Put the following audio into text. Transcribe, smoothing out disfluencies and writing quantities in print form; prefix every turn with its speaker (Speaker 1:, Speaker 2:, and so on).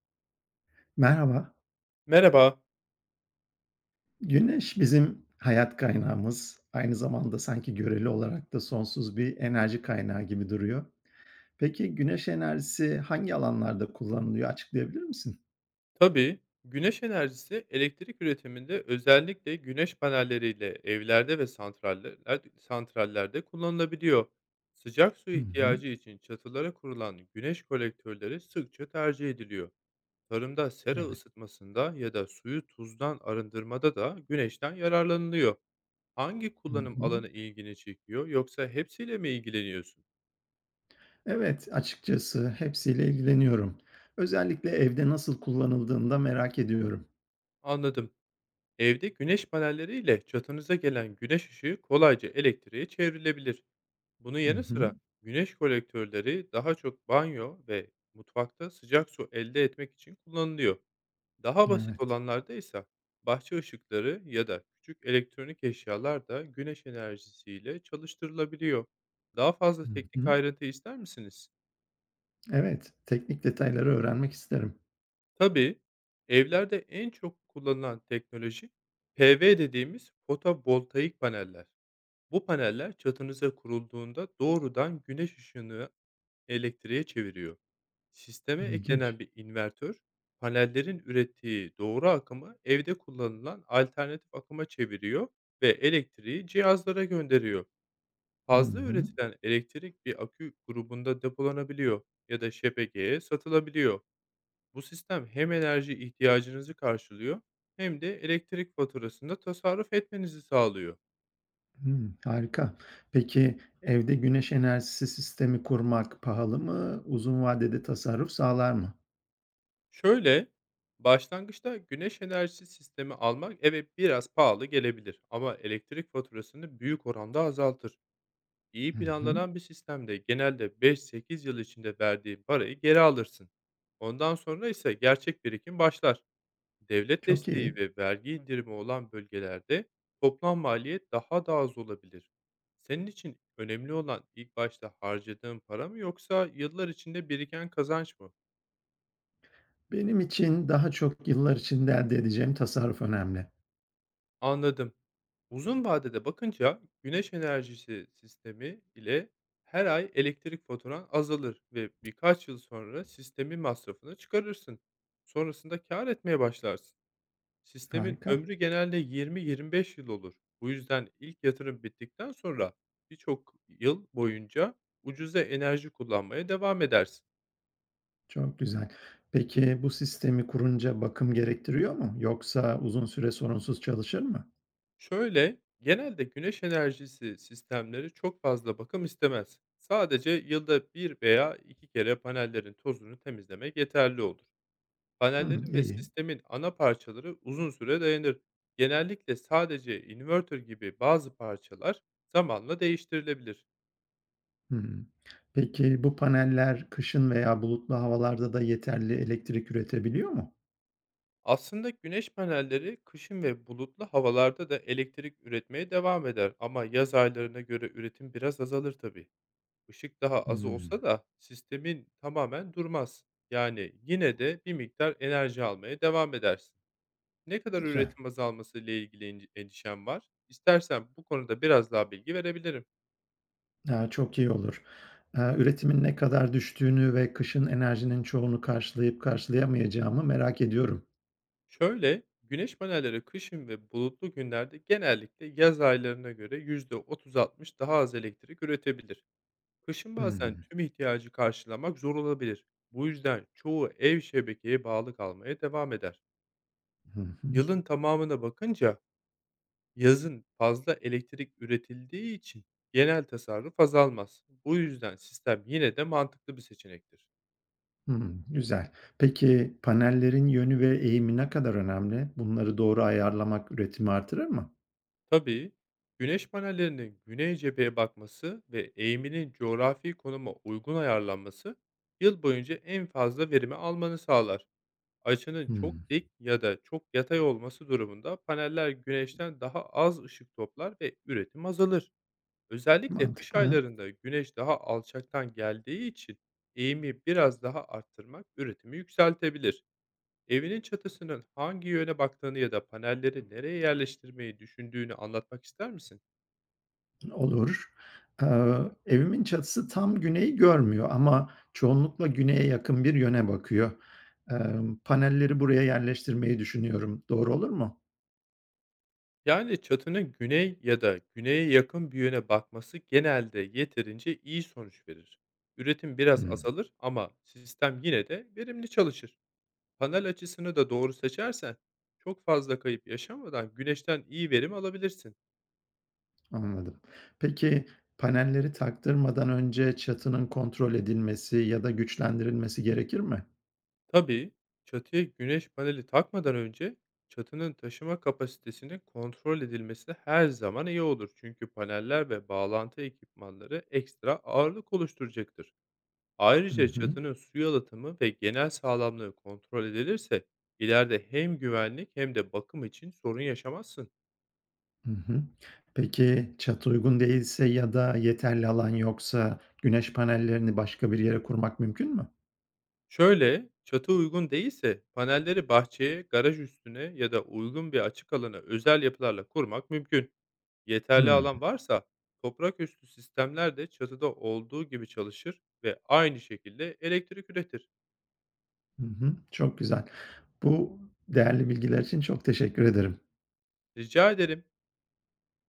Speaker 1: Merhaba.
Speaker 2: Merhaba.
Speaker 1: Güneş bizim hayat kaynağımız. Aynı zamanda sanki göreli olarak da sonsuz bir enerji kaynağı gibi duruyor. Peki güneş enerjisi hangi alanlarda kullanılıyor, açıklayabilir misin?
Speaker 2: Tabii, güneş enerjisi elektrik üretiminde özellikle güneş panelleriyle evlerde ve santrallerde kullanılabiliyor. Sıcak su
Speaker 1: Hı hı.
Speaker 2: ihtiyacı için çatılara kurulan güneş kolektörleri sıkça tercih ediliyor. Tarımda sera
Speaker 1: Evet.
Speaker 2: ısıtmasında ya da suyu tuzdan arındırmada da güneşten yararlanılıyor. Hangi
Speaker 1: Hı
Speaker 2: kullanım
Speaker 1: hı.
Speaker 2: alanı ilgini çekiyor yoksa hepsiyle mi ilgileniyorsun?
Speaker 1: Evet, açıkçası hepsiyle ilgileniyorum. Özellikle evde nasıl kullanıldığını da merak ediyorum.
Speaker 2: Anladım. Evde güneş panelleriyle çatınıza gelen güneş ışığı kolayca elektriğe çevrilebilir. Bunun
Speaker 1: Hı
Speaker 2: yanı
Speaker 1: hı.
Speaker 2: sıra güneş kolektörleri daha çok banyo ve mutfakta sıcak su elde etmek için kullanılıyor. Daha basit
Speaker 1: Evet.
Speaker 2: olanlarda ise bahçe ışıkları ya da küçük elektronik eşyalar da güneş enerjisiyle çalıştırılabiliyor. Daha fazla
Speaker 1: Hı
Speaker 2: teknik
Speaker 1: hı.
Speaker 2: ayrıntı ister misiniz?
Speaker 1: Evet, teknik detayları öğrenmek isterim.
Speaker 2: Tabii, evlerde en çok kullanılan teknoloji PV dediğimiz fotovoltaik paneller. Bu paneller çatınıza kurulduğunda doğrudan güneş ışığını elektriğe çeviriyor. Sisteme
Speaker 1: İlginç.
Speaker 2: eklenen bir invertör, panellerin ürettiği doğru akımı evde kullanılan alternatif akıma çeviriyor ve elektriği cihazlara gönderiyor.
Speaker 1: Hı
Speaker 2: Fazla
Speaker 1: hı.
Speaker 2: üretilen elektrik bir akü grubunda depolanabiliyor ya da şebekeye satılabiliyor. Bu sistem hem enerji ihtiyacınızı karşılıyor hem de elektrik faturasında tasarruf etmenizi sağlıyor.
Speaker 1: Hımm, harika. Peki, evde güneş enerjisi sistemi kurmak pahalı mı? Uzun vadede tasarruf sağlar mı?
Speaker 2: Şöyle, başlangıçta güneş enerjisi sistemi almak, evet, biraz pahalı gelebilir ama elektrik faturasını büyük oranda azaltır. İyi
Speaker 1: Hı hı.
Speaker 2: planlanan bir sistemde genelde 5-8 yıl içinde verdiğin parayı geri alırsın. Ondan sonra ise gerçek birikim başlar. Devlet
Speaker 1: Çok
Speaker 2: desteği
Speaker 1: iyi.
Speaker 2: ve vergi indirimi olan bölgelerde toplam maliyet daha da az olabilir. Senin için önemli olan ilk başta harcadığın para mı, yoksa yıllar içinde biriken kazanç mı?
Speaker 1: Benim için daha çok yıllar içinde elde edeceğim tasarruf önemli.
Speaker 2: Anladım. Uzun vadede bakınca güneş enerjisi sistemi ile her ay elektrik faturan azalır ve birkaç yıl sonra sistemin masrafını çıkarırsın. Sonrasında kâr etmeye başlarsın. Sistemin
Speaker 1: Harika,
Speaker 2: ömrü genelde 20-25 yıl olur. Bu yüzden ilk yatırım bittikten sonra birçok yıl boyunca ucuza enerji kullanmaya devam edersin.
Speaker 1: çok güzel. Peki, bu sistemi kurunca bakım gerektiriyor mu? Yoksa uzun süre sorunsuz çalışır mı?
Speaker 2: Şöyle, genelde güneş enerjisi sistemleri çok fazla bakım istemez. Sadece yılda bir veya iki kere panellerin tozunu temizlemek yeterli olur.
Speaker 1: Hımm,
Speaker 2: Panellerin ve
Speaker 1: iyi.
Speaker 2: sistemin ana parçaları uzun süre dayanır. Genellikle sadece inverter gibi bazı parçalar zamanla değiştirilebilir.
Speaker 1: Hımm. Peki, bu paneller kışın veya bulutlu havalarda da yeterli elektrik üretebiliyor mu?
Speaker 2: Aslında güneş panelleri kışın ve bulutlu havalarda da elektrik üretmeye devam eder ama yaz aylarına göre üretim biraz azalır tabii. Işık daha az
Speaker 1: Hımm,
Speaker 2: olsa da sistemin tamamen durmaz. Yani yine de bir miktar enerji almaya devam edersin. Ne kadar
Speaker 1: güzel.
Speaker 2: üretim azalması ile ilgili endişen var? İstersen bu konuda biraz daha bilgi verebilirim.
Speaker 1: Çok iyi olur. Üretimin ne kadar düştüğünü ve kışın enerjinin çoğunu karşılayıp karşılayamayacağımı merak ediyorum.
Speaker 2: Şöyle, güneş panelleri kışın ve bulutlu günlerde genellikle yaz aylarına göre %30-60 daha az elektrik üretebilir. Kışın bazen
Speaker 1: Hımm.
Speaker 2: tüm ihtiyacı karşılamak zor olabilir. Bu yüzden çoğu ev şebekeye bağlı kalmaya devam eder.
Speaker 1: Hı hı.
Speaker 2: Yılın tamamına bakınca, yazın fazla elektrik üretildiği için genel tasarruf azalmaz. Bu yüzden sistem yine de mantıklı bir seçenektir.
Speaker 1: Hımm, güzel. Peki panellerin yönü ve eğimi ne kadar önemli? Bunları doğru ayarlamak üretimi artırır mı?
Speaker 2: Tabii, güneş panellerinin güney cepheye bakması ve eğiminin coğrafi konuma uygun ayarlanması yıl boyunca en fazla verimi almanı sağlar. Açının çok
Speaker 1: Hımm,
Speaker 2: dik ya da çok yatay olması durumunda paneller güneşten daha az ışık toplar ve üretim azalır. Özellikle kış
Speaker 1: mantıklı.
Speaker 2: aylarında güneş daha alçaktan geldiği için eğimi biraz daha arttırmak üretimi yükseltebilir. Evinin çatısının hangi yöne baktığını ya da panelleri nereye yerleştirmeyi düşündüğünü anlatmak ister misin?
Speaker 1: Olur. Evimin çatısı tam güneyi görmüyor ama çoğunlukla güneye yakın bir yöne bakıyor. Panelleri buraya yerleştirmeyi düşünüyorum. Doğru olur mu?
Speaker 2: Yani çatının güney ya da güneye yakın bir yöne bakması genelde yeterince iyi sonuç verir. Üretim biraz
Speaker 1: Hıı.
Speaker 2: azalır ama sistem yine de verimli çalışır. Panel açısını da doğru seçersen çok fazla kayıp yaşamadan güneşten iyi verim alabilirsin.
Speaker 1: Anladım. Peki, panelleri taktırmadan önce çatının kontrol edilmesi ya da güçlendirilmesi gerekir mi?
Speaker 2: Tabii, çatıya güneş paneli takmadan önce çatının taşıma kapasitesinin kontrol edilmesi her zaman iyi olur. Çünkü paneller ve bağlantı ekipmanları ekstra ağırlık oluşturacaktır.
Speaker 1: Hı
Speaker 2: Ayrıca
Speaker 1: hı.
Speaker 2: çatının su yalıtımı ve genel sağlamlığı kontrol edilirse ileride hem güvenlik hem de bakım için sorun yaşamazsın.
Speaker 1: Hı hı. Peki, çatı uygun değilse ya da yeterli alan yoksa güneş panellerini başka bir yere kurmak mümkün mü?
Speaker 2: Şöyle, çatı uygun değilse panelleri bahçeye, garaj üstüne ya da uygun bir açık alana özel yapılarla kurmak mümkün. Yeterli
Speaker 1: Hımm.
Speaker 2: alan varsa toprak üstü sistemler de çatıda olduğu gibi çalışır ve aynı şekilde elektrik üretir.
Speaker 1: Hı hı. hı. Çok güzel. Bu değerli bilgiler için çok teşekkür ederim.
Speaker 2: Rica ederim.